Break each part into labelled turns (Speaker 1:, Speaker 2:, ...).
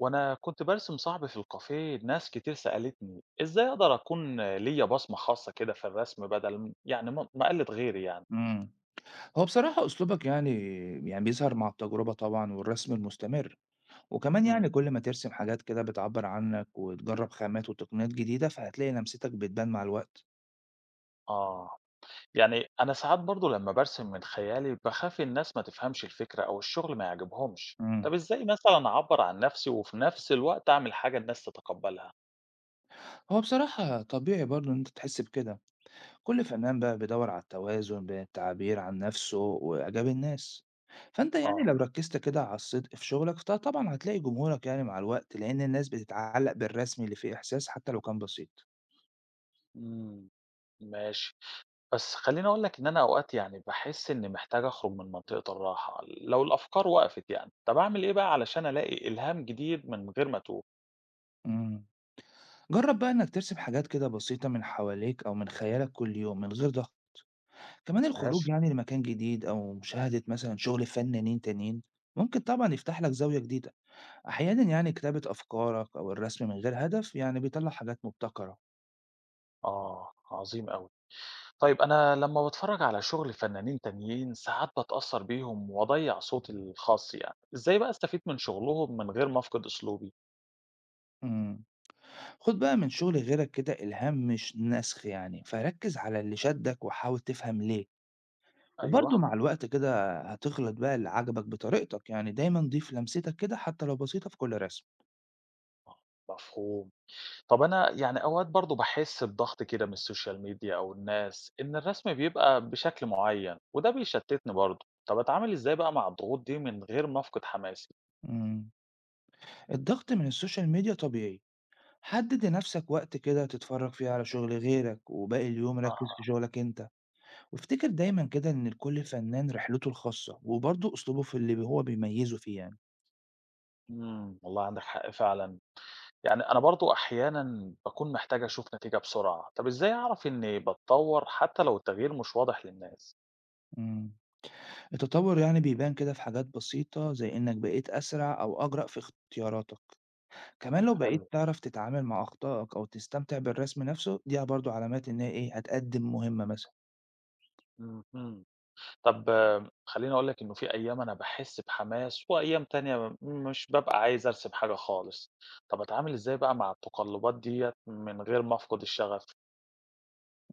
Speaker 1: وأنا كنت بارسم صاحبي في الكافيه، ناس كتير سألتني إزاي أقدر أكون ليا بصمة خاصة كده في الرسم بدل ما أقلد غيري يعني.
Speaker 2: إمم. هو بصراحة أسلوبك يعني بيظهر مع التجربة طبعًا والرسم المستمر، وكمان
Speaker 1: امم.
Speaker 2: يعني كل ما ترسم حاجات كده بتعبّر عنك وتجرّب خامات وتقنيات جديدة، فهتلاقي لمستك بتبان مع الوقت.
Speaker 1: آه. يعني أنا ساعات برضو لما برسم من خيالي بخاف الناس ما تفهمش الفكرة أو الشغل ما يعجبهمش.
Speaker 2: إمم.
Speaker 1: طب إزاي مثلا أعبر عن نفسي وفي نفس الوقت أعمل حاجة الناس تتقبلها؟
Speaker 2: هو بصراحة طبيعي برضه إن أنت تحس بكده، كل فنان بقى بيدوّر على التوازن بين التعبير عن نَفْسه وإعجاب الناس. فأنت يعني
Speaker 1: آه.
Speaker 2: لو ركّزت كده على الصدق في شغلك، فطبعًا هتلاقي جمهورك يعني مع الوقت، لإن الناس بتتعلّق بالرسم اللي فيه إحساس حتى لو كان بسيط.
Speaker 1: امم. ماشي. بس خلّيني أقول لك إن أنا أوقات يعني باحس إني محتاج أخرج من منطقة الراحة، لو الأفكار وقفت يعني، طب أعمل إيه بقى علشان ألاقي إلهام جديد من غير ما أتوه؟
Speaker 2: إمم. جرب بقى إنك ترسم حاجات كده بسيطة من حواليك أو من خيالك كل يوم من غير ضغط. كمان
Speaker 1: ماشي.
Speaker 2: الخروج يعني لمكان جديد أو مشاهدة مثلا شغل فنانين تانيين ممكن طبعا يفتح لك زاوية جديدة. أحيانا يعني كتابة أفكارك أو الرسم من غير هدف يعني بيطلع حاجات مبتكرة.
Speaker 1: آه، عظيم أوي. طيب أنا لمّا باتفرّج على شغل فنانين تانيين ساعات باتأثّر بيهم وأضيّع صوتي الخاص يعني، إزاي بقى أستفيد من شغلهم من غير ما أفقد أسلوبي؟
Speaker 2: مم. خد بقى من شغل غيرك كده إلهام مش نسخ يعني فركز على اللي شدك وحاول تفهم ليه. وبرضه
Speaker 1: أيوه،
Speaker 2: مع الوقت كده هتخلط بقى اللي عجبك بطريقتك، يعني دايما ضيف لمستك كده حتى لو بسيطة في كل رسم.
Speaker 1: آه، مفهوم. طب أنا يعني أوقات برضه باحس بضغط كده من السوشيال ميديا أو الناس، إن الرسم بيبقى بشكل معيّن وده بيشتتني برضه، طب أتعامل إزاي بقى مع الضغوط دي من غير ما أفقد حماسي؟
Speaker 2: مم. الضغط من السوشيال ميديا طبيعي. حدد لنفسك وقت كده تتفرج فيه على شغل غيرك وباقي اليوم ركز في
Speaker 1: أها،
Speaker 2: شغلك انت. وافتكر دايما كده ان لكل فنان رحلته الخاصة وبرضه اسلوبه في اللي هو بيميزه فيه يعني.
Speaker 1: إمم، والله عندك حق فعلًا، يعني أنا برضه أحيانًا باكون محتاج أشوف نتيجة بسرعة، طب إزاي أعرف إني باتطور حتى لو التغيير مش واضح للناس؟
Speaker 2: مم. التطور يعني بيبان كده في حاجات بسيطة زي انك بقيت اسرع او اجرأ في اختياراتك. كمان لو
Speaker 1: حلو،
Speaker 2: بقيت تعرف تتعامل مع اخطائك او تستمتع بالرسم نفسه دي برضه علامات ان هي ايه هتقدم مهمة مثلا.
Speaker 1: اهم. طب خلّيني أقول لك إنه في أيام أنا باحس بحماس، وأيام تانية مش بابقى عايز أرسم حاجة خالص. طب أتعامل إزاي بقى مع التقلُّبات ديّة من غير ما أفقد الشغف؟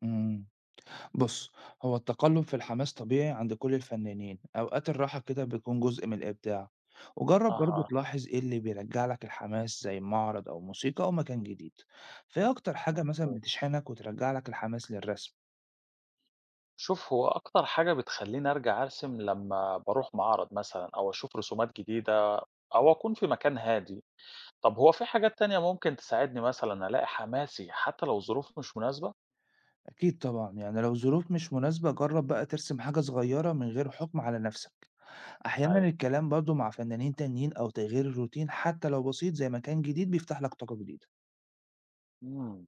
Speaker 2: مم. بص، هو التقلب في الحماس طبيعي عند كل الفنانين، أوقات الراحة كده بيكون جزء من الإبداع. وجرب برضو
Speaker 1: أها،
Speaker 2: تلاحظ إيه اللي بيرجع لك الحماس زي معرض أو موسيقى أو مكان جديد. فإيه أكتر حاجة مثلا
Speaker 1: مفهوم.
Speaker 2: بتشحنك وترجع لك الحماس للرسم؟
Speaker 1: شوف، هو أكتر حاجة بتخلّيني أرجع أرسم لمّا باروح معرض مثلًا أو أشوف رسومات جديدة أو أكون في مكان هادي. طب هو في حاجات تانية ممكن تساعدني مثلًا ألاقي حماسي حتى لو الظروف مش مناسبة؟
Speaker 2: أكيد طبعا، يعني لو الظروف مش مناسبة جرب بقى ترسم حاجة صغيرة من غير حكم على نفسك. أحيانا
Speaker 1: أيوه.
Speaker 2: الكلام برضو مع فنانين تانيين أو تغيير الروتين حتى لو بسيط زي مكان جديد بيفتح لك طاقة جديدة.
Speaker 1: إمم.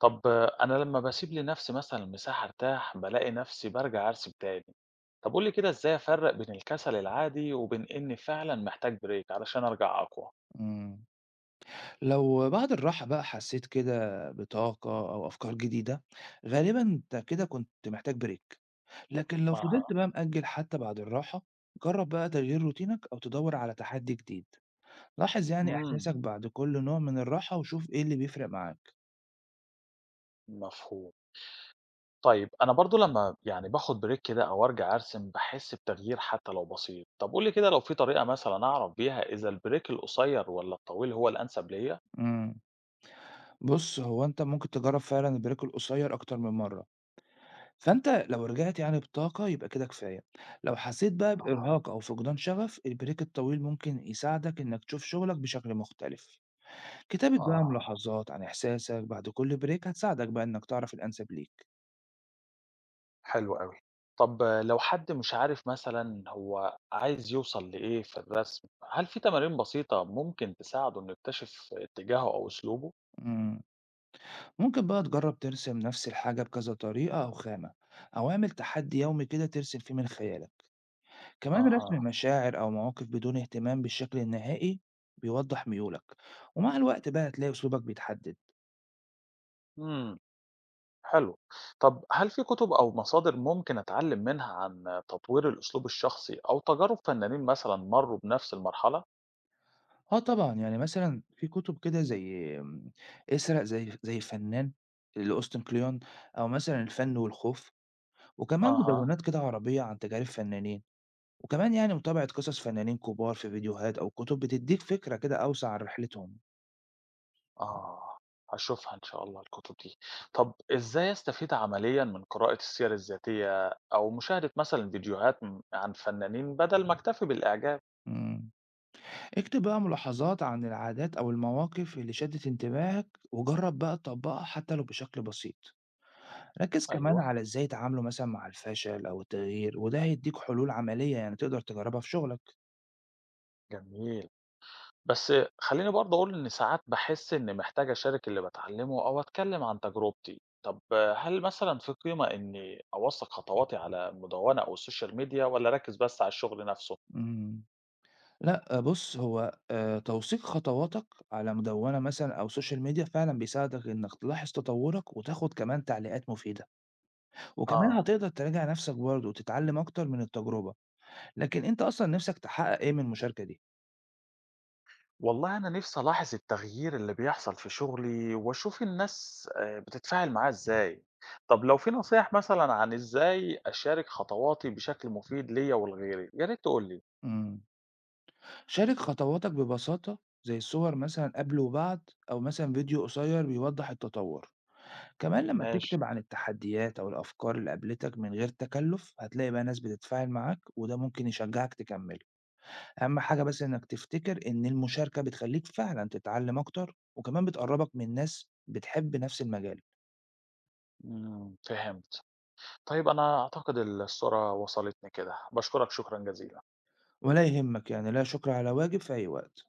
Speaker 1: طب أنا لمّا باسيب لنفسي مثلًا مساحة أرتاح، بالاقي نفسي بارجع أرسم تاني. طب قُل لي كده إزاي أفرّق بين الكسل العادي وبين إني فعلًا محتاج break علشان أرجع أقوى؟
Speaker 2: مم. لو بعد الراحة بقى حسيت كده بطاقة أو أفكار جديدة، غالبا أنت كده كنت محتاج بريك. لكن لو فضلت
Speaker 1: أها،
Speaker 2: بقى مأجل حتى بعد الراحة، جرب بقى تغيير روتينك أو تدور على تحدي جديد. لاحظ يعني
Speaker 1: إمم،
Speaker 2: إحساسك بعد كل نوع من الراحة وشوف إيه اللي بيفرق معاك.
Speaker 1: مفهوم. طيب أنا برضه لمّا يعني باخد break كده أو أرجع أرسم، باحس بتغيير حتى لو بسيط. طب قُل لي كده لو في طريقة مثلًا أعرف بيها إذا الbreak القصير والّا الطويل هو الأنسب ليّا؟
Speaker 2: مم. بص، هو أنت ممكن تجرب فعلا البريك القصير أكتر من مرة. فأنت لو رجعت يعني بطاقة يبقى كده كفاية. لو حسيت بقى
Speaker 1: أها،
Speaker 2: بإرهاق أو فقدان شغف، البريك الطويل ممكن يساعدك إنك تشوف شغلك بشكل مختلف. كتابة بقى
Speaker 1: آه.
Speaker 2: ملاحظات عن إحساسك بعد كل بريك هتساعدك بقى إنك تعرف الأنسب ليك.
Speaker 1: حلو أوي. طَب لو حد مش عارف مثلًا هو عايز يوصل لإيه في الرسم، هل في تمارين بسيطة ممكن تساعده إنه يكتشف اتجاهه أو أسلوبه؟
Speaker 2: مم. ممكن بقى تجرب ترسم نفس الحاجة بكذا طريقة أو خامة، أو اعمل تحدي يومي كده ترسم فيه من خيالك. كمان رسم
Speaker 1: أها،
Speaker 2: مشاعر أو مواقف بدون اهتمام بالشكل النهائي بيوضح ميولك، ومع الوقت بقى هتلاقي أسلوبك بيتحدد.
Speaker 1: إمم، حلو. طَب هل في كُتب أو مصادر ممكن أتعلّم منها عن تطوير الأسلوب الشخصي أو تجارب فنانين مثلًا مرّوا بنفس المرحلة؟
Speaker 2: اه طبعا، يعني مثلا في كتب كده زي اسرق زي فنان لأوستن كليون، أو مثلا الفن والخوف، وكمان
Speaker 1: أها.
Speaker 2: مدونات كده عربية عن تجارب فنانين. وكمان يعني متابعة قصص فنانين كبار في فيديوهات أو كتب بتديك فكرة كده أوسع عن رحلتهم.
Speaker 1: آه، هاشوفها إن شاء الله الكتب دي. طب إزاي أستفيد عمليًا من قراءة السير الذاتية أو مشاهدة مثلًا فيديوهات عن فنانين بدل ما أكتفي بالإعجاب؟
Speaker 2: مم. اكتب بقى ملاحظات عن العادات أو المواقف اللي شدت انتباهك وجرب بقى تطبقها حتى لو بشكل بسيط. ركز كمان
Speaker 1: أيوه،
Speaker 2: على إزاي يتعاملوا مثلا مع الفشل أو التغيير، وده هيديك حلول عملية يعني تقدر تجربها في شغلك.
Speaker 1: جميل. بس خلّيني برضه أقول إن ساعات باحس إني محتاج أشارك اللي باتعلمه أو أتكلم عن تجربتي. طب هل مثلًا في قيمة إني أوثّق خطواتي على المدونة أو السوشيال ميديا والّا أركّز بس على الشغل نفسه؟
Speaker 2: مم. لا آه، بص، هو توثيق خطواتك على مدونة مثلا أو سوشيال ميديا فعلا بيساعدك إنك تلاحظ تطورك وتاخد كمان تعليقات مفيدة. وكمان
Speaker 1: آه.
Speaker 2: هتقدر تراجع نفسك برضه وتتعلم أكتر من التجربة. لكن أنت أصلًا نفسك تحقق إيه من المشاركة دي؟
Speaker 1: والله أنا نفسي ألاحظ التغيير اللي بيحصل في شغلي وأشوف الناس بتتفاعل معاه إزاي. طب لو في نصيح مثلا عن إزاي أشارك خطواتي بشكل مفيد ليا ولغيري يا ريت تقولي.
Speaker 2: امم. شارك خطواتك ببساطة، زي الصور مثلًا قبل وبعد، أو مثلًا فيديو قصير بيوضح التطور. كمان لما
Speaker 1: ماشي.
Speaker 2: تكتب عن التحديات أو الأفكار اللي قابلتك من غير تكلف هتلاقي بقى ناس بتتفاعل معاك وده ممكن يشجعك تكمل. أهم حاجة بس إنك تفتكر إن المشاركة بتخليك فعلًا تتعلم أكتر وكمان بتقربك من ناس بتحب نفس المجال.
Speaker 1: مم، فهمت. طيب أنا أعتقد الصورة وصلتني كده، بشكرك شكرا جزيلا.
Speaker 2: ولا يهمك، يعني لا شكر على واجب، في أي وقت.